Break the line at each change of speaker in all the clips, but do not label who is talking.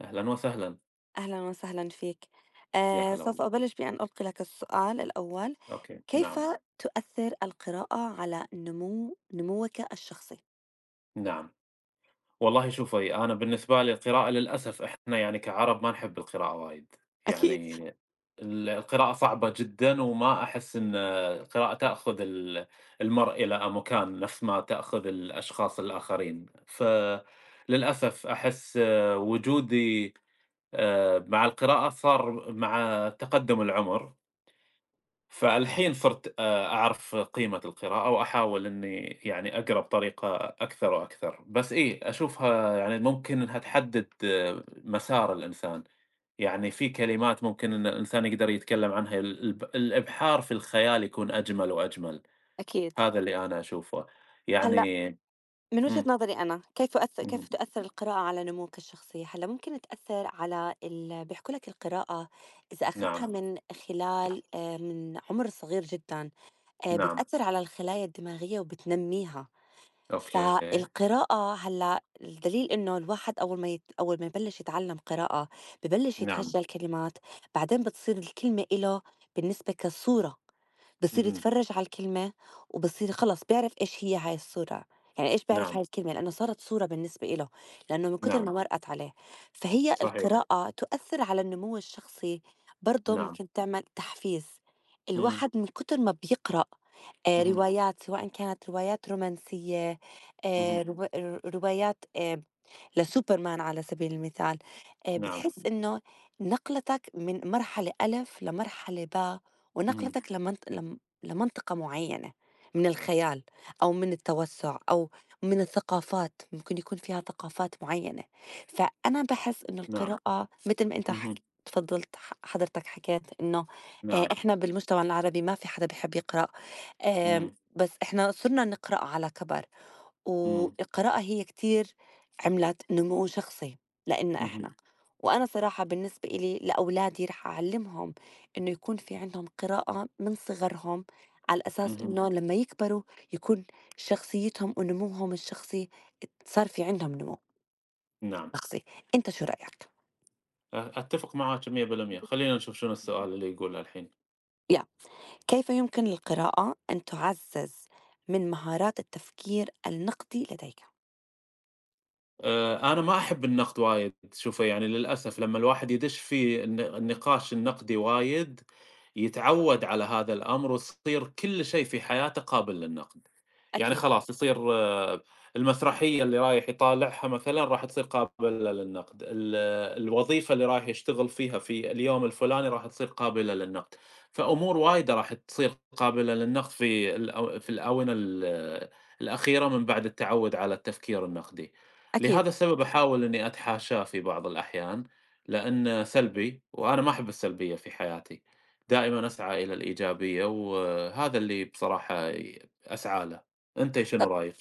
أهلًا وسهلًا،
أهلا وسهلا فيك.
يا حلاوة!
سوف أبلش بأن ألقي لك السؤال الأول.
أوكي،
كيف
نعم،
تؤثر القراءة على نموك الشخصي؟
نعم. والله شوفي، أنا بالنسبة لي القراءة للأسف إحنا يعني كعرب ما نحب القراءة وايد،
أكيد.
يعني القراءة صعبة جدًا، وما أحس إن القراءة تأخذ المرء إلى مكان نفس ما تأخذ الأشخاص الآخرين، فللأسف أحس وجودي مع القراءة صار مع تقدم العمر. فالحين صرت أعرف قيمة القراءة وأحاول إني يعني أقرا بطريقة أكثر وأكثر، بس إيه أشوفها يعني ممكن إنها تحدد مسار الإنسان، يعني في كلمات ممكن إن الإنسان يقدر يتكلم عنها ال الب الإبحار في الخيال يكون أجمل وأجمل،
أكيد.
هذا اللي أنا أشوفه،
هلا،
يعني.
من وجهة
إمم،
نظري أنا، كيف أثر
اهم،
كيف تؤثر القراءة على نموك الشخصي؟ هلا ممكن تأثر على ال... بيحكوا لك القراءة إذا أخذتها
نعم،
من خلال، من عمر صغير جدا،
نعم،
بتأثر على الخلايا الدماغية وبتنميها.
أوكي،
فالقراءة هلّأ الدليل إنه الواحد أول ما يبلّش يتعلّم قراءة، ببلّش
نعم،
يتهجّل كلمات، بعدين بتصير الكلمة إله بالنسبة كصورة، بصير
اهم،
يتفرّج على الكلمة وبصير خلص بيعرف إيش هي هاي الصورة، يعني إيش بيعرف
نعم،
هاي الكلمة لإنّه صارت صورة بالنسبة إله، لإنّه من كتر ما
نعم،
مرقت عليه. فهي
صحيح،
القراءة تؤثّر على النمو الشخصي. برضه
نعم،
ممكن تعمل تحفيز،
إمم،
الواحد من كتر ما بيقرأ
اهم،
روايات، سواءً كانت روايات رومانسية،
اهم،
روايات، لSuperman على سبيل المثال.
نعم،
بتحس إنه نقلتك من مرحلة ألف لمرحلة ب،
اهم،
ونقلتك لمنط لم لمنطقة معيّنة من الخيال، أو من التوسُّع، أو من الثقافات، ممكن يكون فيها ثقافات معيّنة. فأنا باحس إنه
نعم،
القراءة متل ما أنت حك
اهم.
تفضّلت ح حضرتك حكيت إنه
نعم،
إحنا بالمجتمع العربي ما في حدا بيحب يقرأ، آمم
إمم،
بس إحنا صرنا نقرأ على كَبَر،
إمم،
والقراءة هي كتير عملت نمو شخصي لإلنا
اهم،
إحنا. وأنا صراحة بالنسبة إلي لأولادي رح أعلمهم إنه يكون في عندهم قراءة من صغرهم، على أساس
اهم،
إنه لما يكبروا يكون شخصيتهم ونموهم الشخصي صار في عندهم نمو
نعم،
شخصي. أنت شو رأيك؟
أتّفق معاك 100%. خلّينا نشوف شنو السؤال اللي يقوله الحين.
يا كيف يمكن للقراءة أن تعزز من مهارات التفكير النقدي لديك؟
أنا ما أحب النقد وايد، شوفي يعني للأسف لمّا الواحد يدش في النقاش النقدي وايد، يتعوّد على هذا الأمر وتصير كل شيء في حياته قابل للنقد، يعني
أكيد.
خلاص يصير المسرحية اللي رايح يطالعها مثلًا راح تصير قابلة للنقد، الوظيفة اللي رايح يشتغل فيها في اليوم الفلاني راح تصير قابلة للنقد، فأمور وايدة راح تصير قابلة للنقد في الأو في الآونة الأخيرة من بعد التعوّد على التفكير النقدي.
أكيد.
لهذا السبب أحاول إني أتحاشاه في بعض الأحيان، لأنه سلبي وأنا ما أحب السلبية في حياتي، دائمًا أسعى إلى الإيجابية وهذا اللي بصراحة أسعى له، أنتِ شنو
طب،
رأيك؟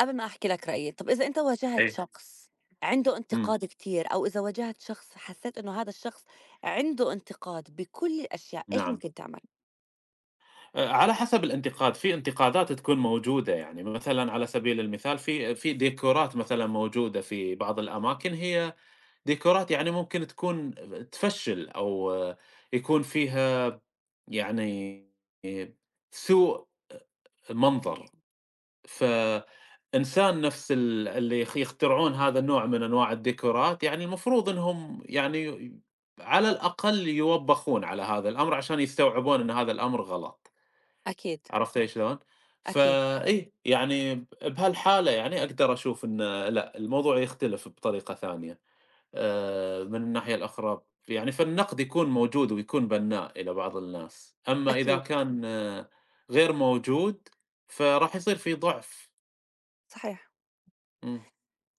قبل ما أحكي لك رأيي، طب إذا أنت واجهت
إيه.
شخص عنده
إمم،
انتقاد كتير، أو إذا واجهت شخص حسيت إنه هذا الشخص عنده انتقاد بكل الأشياء، إيش
نعم،
ممكن تعمل؟
على حسب الانتقاد، في انتقادات تكون موجودة يعني مثلًا على سبيل المثال في ديكورات مثلًا موجودة في بعض الأماكن هي ديكورات يعني ممكن تكون تفشِّل أو يكون فيها يعني سوء منظر، فإنسان نفس اللي يخترعون هذا النوع من أنواع الديكورات يعني المفروض إنهم يعني على الأقل يوبّخون على هذا الأمر عشان يستوعبون إن هذا الأمر غلط،
أكيد.
عرفت إيش شلون؟
أكيد.
فإي، يعني بهالحالة يعني أقدر أشوف إن لأ، الموضوع يختلف بطريقة ثانية. من الناحية الأخرى يعني فالنقد يكون موجود ويكون بناء إلى بعض الناس، أما إذا
أكيد.
كان غير موجود فراح يصير في ضعف.
صحيح.
إمم،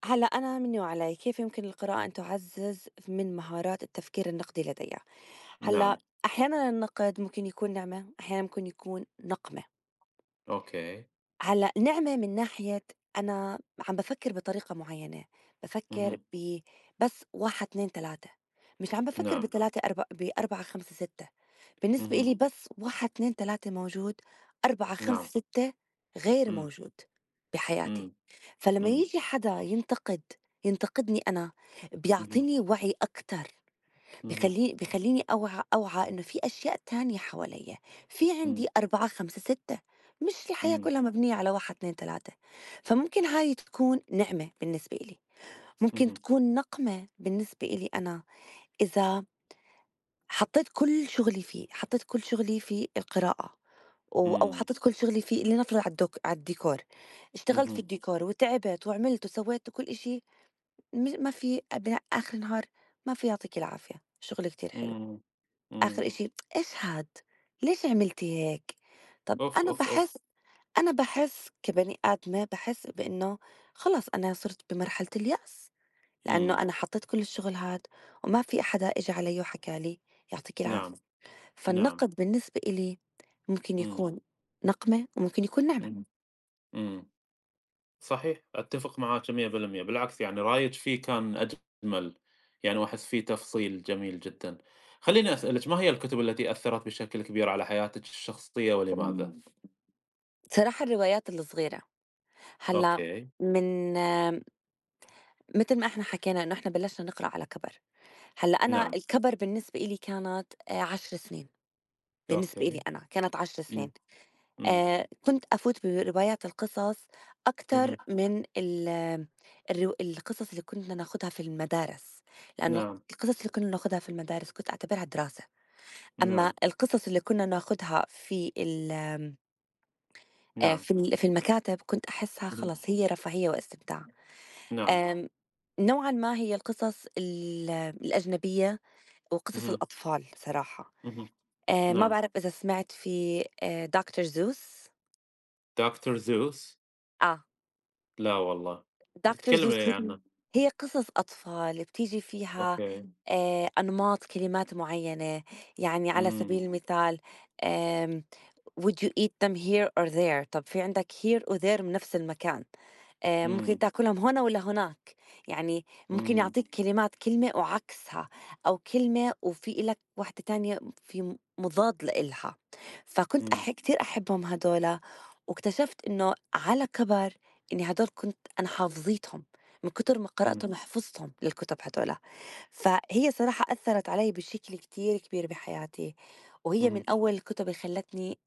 هلأ أنا مني وعلي، كيف يمكن القراءة أن تعزز من مهارات التفكير النقدي لدي؟ هلأ
نعم،
أحيانًا النقد ممكن يكون نعمة، أحيانًا ممكن يكون نقمة.
أوكي،
هلأ نِعمة من ناحية، أنا عم بافكّر بطريقة معيّنة،
اهم،
بافكّر ب بس 1، 2، 3، مش عم بافكّر
نعم،
ب3 4 ب4، 5، 6. بالنسبة
اهم،
إلي بس 1، 2، 3 موجود، 4، 5،
نعم،
6 غير
إمم،
موجود بحياتي.
إمم،
فلمّا
إمم،
ييجي حدا ينتقدني أنا،
اهم،
بيعطيني وعي أكتر.
اهم،
بيخلّيني أوعى إنه في أشياء تانية حواليّا، في
إمم،
عندي 4، 5، 6، مش الحياة
إمم،
كلّها مبنية على 1، 2، 3. فممكن هاي تكون نعمة بالنسبة إلي، ممكن
اهم،
تكون نقمة بالنسبة إلي أنا إذا حطيت كل شغلي فيه، حطيت كل شغلي في القراءة أو
إمم،
حطيت كل شغلي في، لنفرض، على الدك على الديكور. اشتغلت في
اهم،
الديكور وتعبت وعملت وسويت وكل إشي، ما في آخر النهار ما في يعطيك العافية، شغل كتير حلو.
إمم،
آخر
إمم،
إشي "اشهد، ليش عملتِ هيك؟" طَب
أوف،
أنا
أوف، أوف،
باحس، أنا باحس كبني آدمة باحس بإنه خلص أنا صرت بمرحلة اليأس، لإنه
إمم،
أنا حطيت كل الشغل هاد وما في حدا إجا علي وحكى لي يعطيكِ العافية.
نعم، نعم،
فالنقد بالنسبة إلي ممكن
إمم،
يكون نقمة وممكن يكون نعمة.
إمم، إمم. صحيح، أتّفق معاك 100% بالعكس يعني رايك فيه كان أجمل، يعني وأحس فيه تفصيل جميل جدًا. خلّيني أسألِك ما هي الكتب التي أثّرت بشكل كبير على حياتِك الشخصية ولماذا؟
بصراحة، الروايات الصغيرة، هلّأ،
أوكي،
من، متل ما إحنا حكينا إنه إحنا بلشنا نقرأ على كَبَر، هلّأ أنا
نعم،
الكَبَر بالنسبة إلي كانت 10 سنين. بالنسبة لي
أوكي،
أنا كانت 10
إمم،
سنين.
إمم،
كنت أفوت برواية القصص أكتر
اهم،
من ال القصص اللي كنا ناخدها في المدارس، لأنه
نعم،
القصص اللي كنا ناخدها في المدارس كنت أعتبرها دراسة، أمّا
نعم،
القصص اللي كنا ناخدها في ال آمم،
نعم،
في في المكاتب كنت أحسها
اهم،
خلص هي رفاهية واستمتاع.
نعم،
آمم، نوعًا ما هي القصص ال الأجنبية وقصص
اهم،
الأطفال صراحة.
اهم،
ما
نعم.
باعرف إذا سمعت في، Doctor Seuss؟
Doctor Seuss؟
آه.
لا والله،
دكتور
تكلّمي لي
زوسو،
عنه.
هي قصص أطفال بتيجي فيها
أوكي،
أنماط كلمات معيّنة، يعني على
إمم،
سبيل المثال، آمم would you eat them here or there. طب في عندك here or there من نفس المكان. آه، ممكن
إمم،
تاكلهم هنا ولا هناك. يعني ممكن
إمم،
يعطيك كلمة وعكسها، أو كلمة وفي لك واحدة تانية في مضاد لإلها. فكنت
إمم،
أح كتير أحبهم هدول، واكتشفت إنه على كبر إني هدول كنت أنا حافظيتهم، من كتر ما
إمم،
قرأتهم حفظتهم للكتب هدول. فهي صراحة أثّرت عليّا بشكل كتير كبير بحياتي، وهي
اهم،
من أول الكُتب اللي خلّتني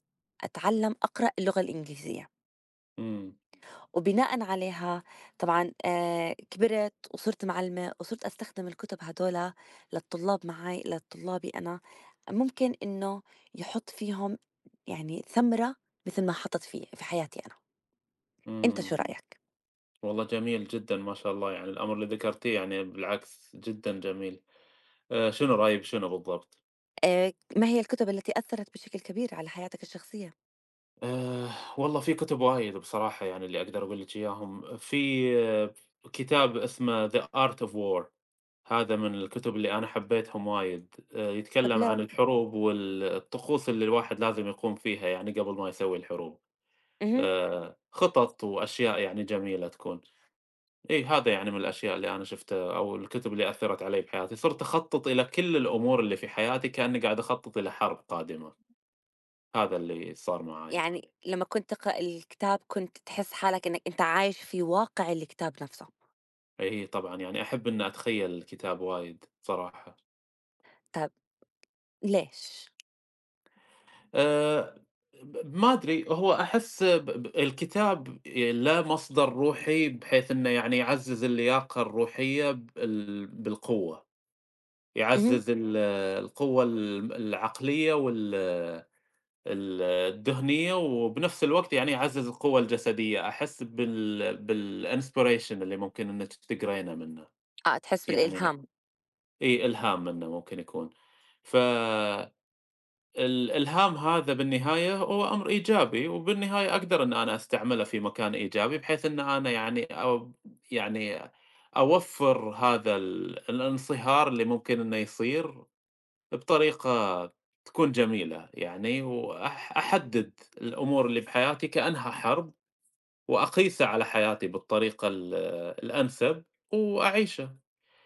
أتعلّم أقرأ اللغة الإنجليزية.
إمم،
وبناءً عليها طبعًا، كبرت وصرت معلمة وصرت أستخدم الكُتب هادول للطلاب معي، لطلابي أنا، ممكن إنه يحُط فيهم يعني ثمرة مثل ما حَطَت في حياتي أنا. أنت
إمم.
شو رأيك؟
والله جميل جدًا ما شاء الله، يعني الأمر اللي ذكرتيه يعني بالعكس جدًا جميل. شنو رأيي بشنو بالضبط؟
ما هي الكُتب التي أثّرت بشكل كبير على حياتك الشخصية؟
آآ والله في كتب وايد بصراحة يعني اللي أقدر أقول لِك إياهم. في آه كتاب اسمه The Art of War. هذا من الكتب اللي أنا حبيتهم وايد.
طب
يتكلم عن
ليه؟
الحروب والطقوس اللي الواحد لازم يقوم فيها يعني قبل ما يسوي الحروب.
اهم.
خطط وأشياء يعني جميلة تكون. إي هذا يعني من الأشياء اللي أنا شُفتها أو الكتب اللي أثّرت علي بحياتي، صرت أخطّط إلى كل الأمور اللي في حياتي كأني قاعد أخطّط إلى حرب قادمة، هذا اللي صار معاي.
يعني لمّا كنت تقرأ الكتاب كنت تحس حالك إنك أنت عايش في واقع الكتاب نفسه،
إي طبعًا يعني أحب إني أتخيّل الكتاب وايد بصراحة.
طب ليش؟
آآ ما أدري، هو أحس ب الكتاب له مصدر روحي بحيث إنه يعني يعزّز اللياقة الروحية بالقوة،
اهم.
يعزّز القوة العقلية وال الدهنية وبنفس الوقت يعني يعزّز القوة الجسدية، أحس بالinspiration اللي ممكن إنِّك تقرينه منه،
آه، تحس
يعني
بالإلهام.
إي إلهام منه ممكن يكون، فالإلهام هذا بالنهاية هو أمر إيجابي، وبالنهاية أقدر إن أنا أستعمله في مكان إيجابي، بحيث إن أنا يعني أو يعني أوفّر هذا الانصهار اللي ممكن إنه يصير بطريقة تكون جميلة يعني، أحدد الأمور اللي بحياتي كأنها حرب، وأقيسها على حياتي بالطريقة الأنسب، وأعيشه.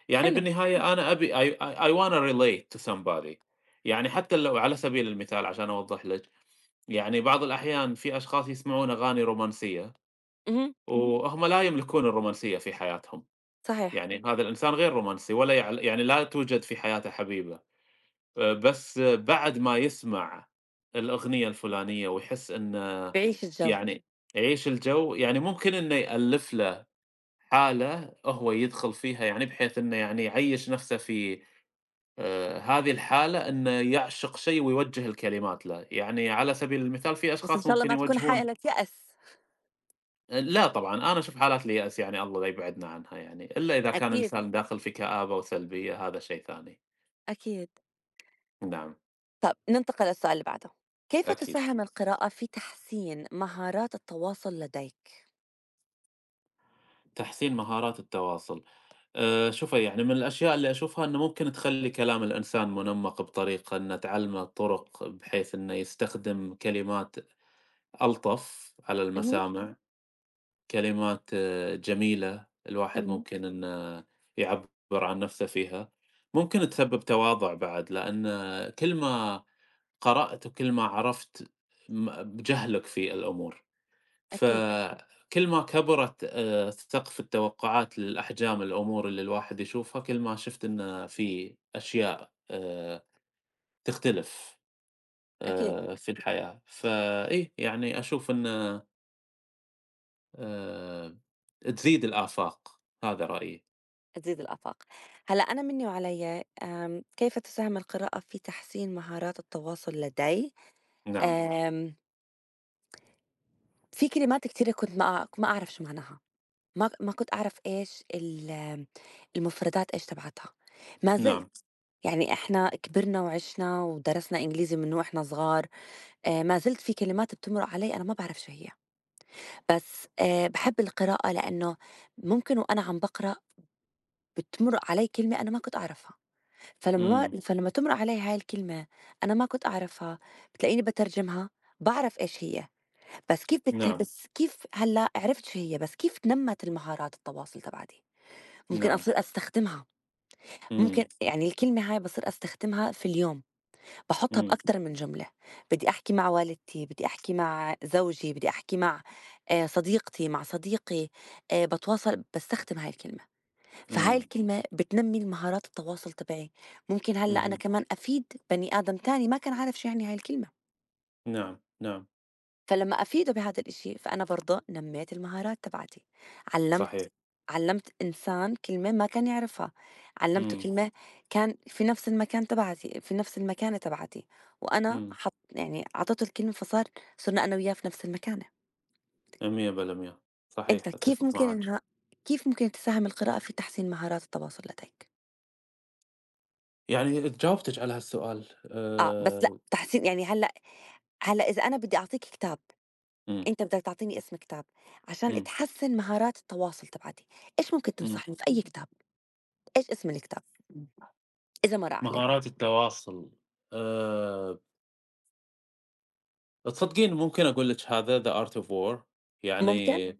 يعني
حلو.
بالنهاية أنا أبي I wanna relate to somebody. يعني حتى لو على سبيل المثال عشان أوضح لِك، يعني بعض الأحيان في أشخاص يسمعون أغاني رومانسية، إمم.
اهم.
وهُم لا يملكون الرومانسية في حياتهم،
صحيح.
يعني هذا الإنسان غير رومانسي ولا يعني لا توجد في حياته حبيبة. بس بعد ما يسمع الأغنية الفلانية ويحس إنه
بيعيش الجو.
يعني يعيش الجو، يعني ممكن إنه يألّف له حالة هو يدخل فيها يعني بحيث إنه يعني يعيّش نفسه في هذه الحالة إنه يعشق شيء ويوجّه الكلمات له، يعني على سبيل المثال في
بس إن
أشخاص
شاء الله
ممكن
ما تكون
يوجّهون.
حالة يأس.
لا طبعًا أنا أشوف حالات اليأس يعني الله لا يبعدنا عنها يعني، إلا إذا كان
أكيد.
إنسان داخل في كآبة وسلبية هذا شيء ثاني.
أكيد.
نعم،
طب ننتقل للسؤال اللي بعده، كيف
أكيد.
تساهم القراءة في تحسين مهارات التواصل لديك؟
تحسين مهارات التواصل. شوفي، يعني من الأشياء اللي أشوفها إنه ممكن تخلّي كلام الإنسان منمَّق بطريقة إنه تعلّمه طُرق بحيث إنه يستخدم كلمات ألطف على
اهم.
المسامع، كلمات جميلة الواحد
تمام.
ممكن إنه يعبّر عن نَفْسه فيها، ممكن تسبّب تواضع بعد، لأن كل ما قرأت وكل ما عرفت بجهلك في الأمور.
أكيد.
فكل ما كبرت سقف التوقعات للأحجام الأمور اللي الواحد يشوفها، كل ما شُفت إن في أشياء تختلف
أكيد.
في الحياة، فإيه يعني أشوف إن آآ تزيد الآفاق، هذا رأيي.
تزيد الآفاق. هلأ أنا منّي وعليّا، كيف تساهم القراءة في تحسين مهارات التواصل لدي؟
نعم،
آمم، في كلمات كتيرة كنت ما أعرف شو معناها، ما كنت أعرف إيش ال المفردات إيش تبعتها، ما
نعم،
زلت. يعني إحنا كبرنا وعِشنا ودرسنا إنجليزي من وإحنا صغار. ما زلت في كلمات بتمرُق علي أنا ما باعرف شو هي، بس باحب القراءة لإنه ممكن وأنا عم باقرأ بتمرُق علي كلمة أنا ما كنت أعرفها. فلمّا
إمم،
ما فلمّا تمرق عليّا هاي الكلمة أنا ما كنت أعرفها، بتلاقيني باترجمها، باعرف إيش هي.
نعم،
بس كيف هلّأ عرفت شو هي، بس كيف نمّت المهارات التواصل تبعتي؟ ممكن
نعم،
أصير أستخدمها، ممكن
إمم،
يعني الكلمة هاي باصير أستخدمها في اليوم، باحُطها
إمم،
بأكتر من جملة، بدي أحكي مع والدتي، بدي أحكي مع زوجي، بدي أحكي مع صديقتي، مع صديقي. باتواصل باستخدم هاي الكلمة. فهاي
إمم،
الكلمة بتنمّي المهارات التواصل تبعي. ممكن هلّأ أنا
اهم،
كمان أفيد بني آدم تاني ما كان عارف شو يعني هاي الكلمة،
نعم، نعم،
فلمّا أفيده بهذا الإشي فأنا برضه نمّيت المهارات تبعتي.
صحيح،
علّمت علّمت إنسان كلمة ما كان يعرفها، علّمته
إمم،
كلمة كان في نفس المكان تبعتي، في نفس المكانة تبعتي، وأنا
إمم،
حط يعني أعطيته الكلمة فصار، صرنا أنا وياه في نفس المكانة.
100%
أنت
صحيح،
كيف
أتفق
ممكن
معاكِ.
إنها كيف ممكن تساهم القراءة في تحسين مهارات التواصل لديك؟
يعني جاوبتِك على هالسؤال،
آه، بس لأ، تحسين يعني هلّأ، هلّأ إذا أنا بدّي أعطيك كتاب،
إمم،
أنت بدك تعطيني اسم كتاب عشان
إمم،
تحسّن مهارات التواصل تبعتي، إيش ممكن
إمم.
تنصحني في أي كتاب؟ إيش اسم الكتاب إذا ما مَرّ عليك؟
مهارات التواصل، آآ تصدقين ممكن أقول لِك هذا The Art of War
ممكن؟
يعني إمم.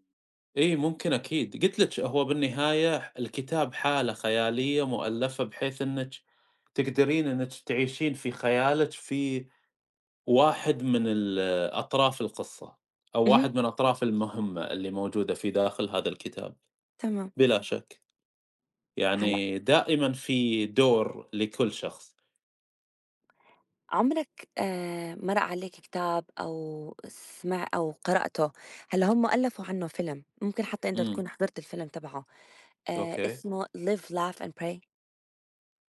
إي ممكن أكيد، قُلت لِك هو بالنهاية الكتاب حالة خيالية مؤلفة بحيث إنِك تقدرين إنِك تعيشين في خيالِك في واحد من أطراف القصة، أو
اهم.
واحد من أطراف المهمة اللي موجودة في داخل هذا الكتاب،
تمام.
بلا شك.
هلّأ
يعني دائمًا في دور لكل شخص.
عُمرك مَرّ عليك كتاب أو سمع أو قرأته، هلّأ هم ألّفوا عنّه فيلم، ممكن حتّى أنت
إمم،
تكون حضرت الفيلم تبعه،
أوكي.
اسمه Live Laugh and Pray.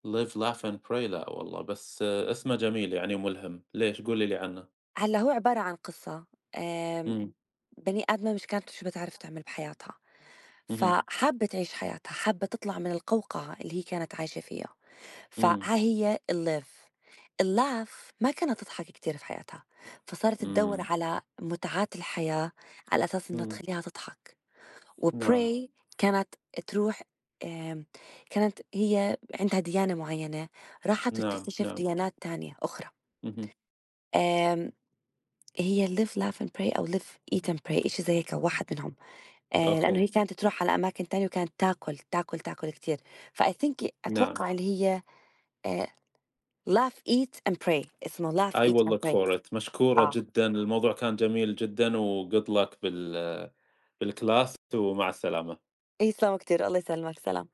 Live laugh and pray لأ والله، بس اسمه جميل يعني وملهم. ليش؟ قولي لي عنه.
هلّأ هو عبارة عن قصّة، آمم،
إمم،
بني آدمة مش كانت شو بتعرف تعمل بحياتها.
اهم،
فحابة تعيش حياتها، حابة تطلع من القوقعة اللي هي كانت عايشة فيها. فها
إمم،
هي الlaugh الlaugh ما كانت تضحك كتير في حياتها، فصارت تدوّر
إمم،
على متعات الحياة على أساس إنه
إمم،
تخلّيها تضحك.
نعم،
وpray كانت تروح، آمم، كانت هي عندها ديانة معيّنة، راحت
نعم،
وبتكتشف
نعم،
ديانات تانية أخرى.
اهم.
آمم، هي live laugh and pray أو live eat and pray، إشي زي هيك واحد منهم. لإنه هي
أوكي،
كانت تروح على أماكن تانية وكانت تاكل، تاكل، تاكل كتير. فI think،
نعم.
أتوقع اللي هي آآ laugh eat and pray، اسمه laugh
I will
eat and
look
pray.
for it. مشكورة
آه،
جدًا، الموضوع كان جميل جدًا وgood luck بالclass ومع السلامة.
إيه، يسلمك كتير، الله يسلمك، سلام.